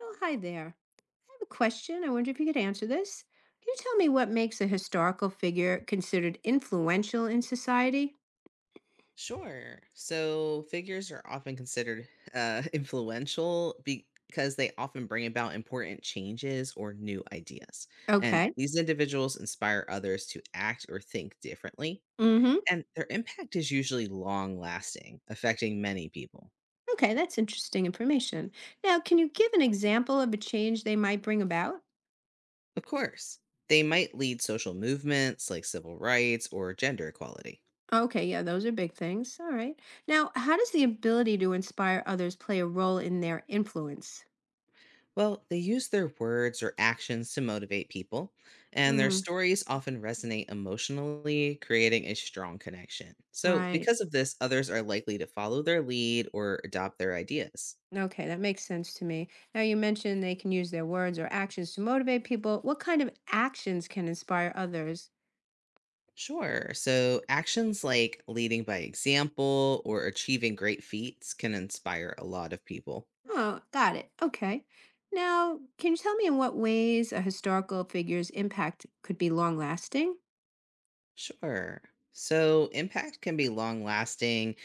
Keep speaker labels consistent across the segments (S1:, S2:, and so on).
S1: So, hi there. I have a question. I wonder if you could answer this. Can you tell me what makes a historical figure considered influential in society?
S2: Sure. So figures are often considered influential because they often bring about important changes or new ideas. And
S1: Okay.
S2: these individuals inspire others to act or think differently.
S1: Mm-hmm.
S2: And their impact is usually long lasting, affecting many people.
S1: Okay, that's interesting information. Now, can you give an example of a change they might bring about?
S2: Of course, they might lead social movements like civil rights or gender equality.
S1: Okay, yeah, those are big things. All right. Now, how does the ability to inspire others play a role in their influence?
S2: Well, they use their words or actions to motivate people, and their
S1: Mm.
S2: stories often resonate emotionally, creating a strong connection. So,
S1: Right.
S2: because of this, others are likely to follow their lead or adopt their ideas.
S1: Okay, that makes sense to me. Now, you mentioned they can use their words or actions to motivate people. What kind of actions can inspire others?
S2: Sure. So, actions like leading by example or achieving great feats can inspire a lot of people.
S1: Oh, got it. Okay. Now, can you tell me in what ways a historical figure's impact could be long lasting?
S2: Sure. So, impact can be long lasting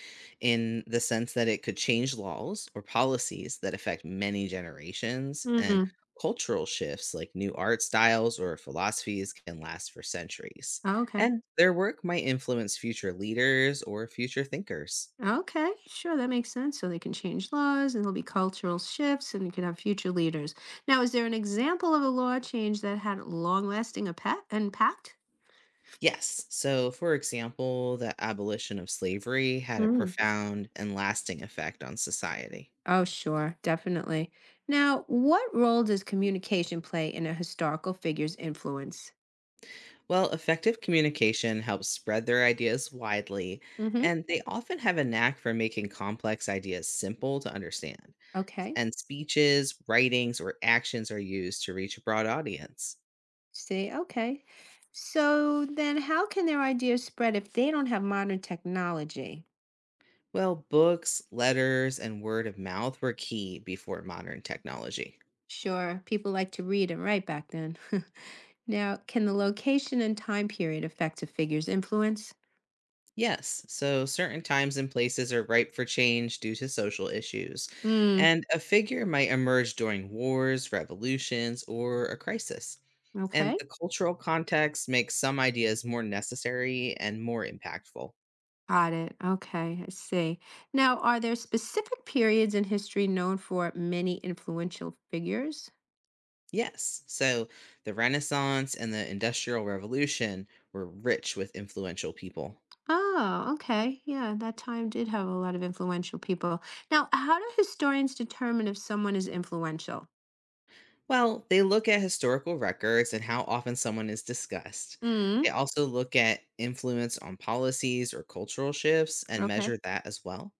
S2: in the sense that it could change laws or policies that affect many generations, and
S1: Hmm.
S2: cultural shifts like new art styles or philosophies can last for centuries.
S1: Okay.
S2: And their work might influence future leaders or future thinkers.
S1: Okay. Sure, that makes sense. So they can change laws and there'll be cultural shifts and you can have future leaders. Now, is there an example of a law change that had long lasting impact?
S2: Yes. So, for example, the abolition of slavery had a profound and lasting effect on society.
S1: Oh, sure, definitely. Now, what role does communication play in a historical figure's influence?
S2: Well, effective communication helps spread their ideas widely,
S1: Hmm.
S2: and they often have a knack for making complex ideas simple to understand.
S1: Okay.
S2: And speeches, writings, or actions are used to reach a broad audience.
S1: See, okay. So then how can their ideas spread if they don't have modern technology?
S2: Well, books, letters, and word of mouth were key before modern technology.
S1: Sure, people like to read and write back then. Now, can the location and time period affect a figure's influence?
S2: Yes, so certain times and places are ripe for change due to social issues,
S1: Hmm,
S2: and a figure might emerge during wars, revolutions, or a crisis. And
S1: okay.
S2: the cultural context makes some ideas more necessary and more impactful.
S1: Got it. Okay, I see. Now, are there specific periods in history known for many influential figures?
S2: Yes, so the Renaissance and the Industrial Revolution were rich with influential people.
S1: Oh, okay. Yeah, that time did have a lot of influential people. Now, how do historians determine if someone is influential?
S2: Well, they look at historical records and how often someone is discussed.
S1: Mm,
S2: They also look at influence on policies or cultural shifts and
S1: okay.
S2: measure that as well.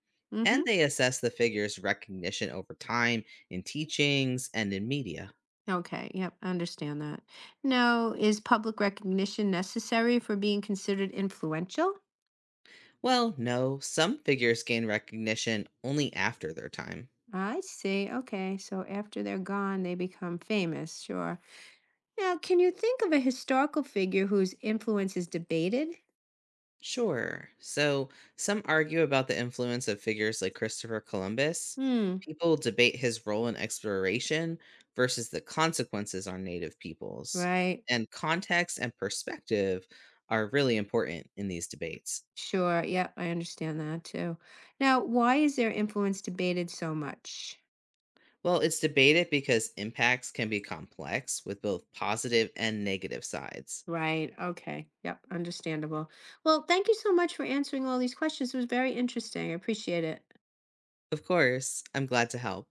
S2: And
S1: Mm-hmm.
S2: they assess the figure's recognition over time in teachings and in media.
S1: Okay. Yep. I understand that. Now, is public recognition necessary for being considered influential?
S2: Well, no, some figures gain recognition only after their time.
S1: I see. Okay. So after they're gone, they become famous. Sure. Now, can you think of a historical figure whose influence is debated?
S2: Sure. So, some argue about the influence of figures like Christopher Columbus.
S1: Hmm.
S2: People debate his role in exploration versus the consequences on native peoples.
S1: Right.
S2: And context and perspective are really important in these debates.
S1: Sure. Yep. I understand that too. Now, why is their influence debated so much?
S2: Well, it's debated because impacts can be complex with both positive and negative sides.
S1: Right. Okay. Yep. Understandable. Well, thank you so much for answering all these questions. It was very interesting. I appreciate it.
S2: Of course, I'm glad to help.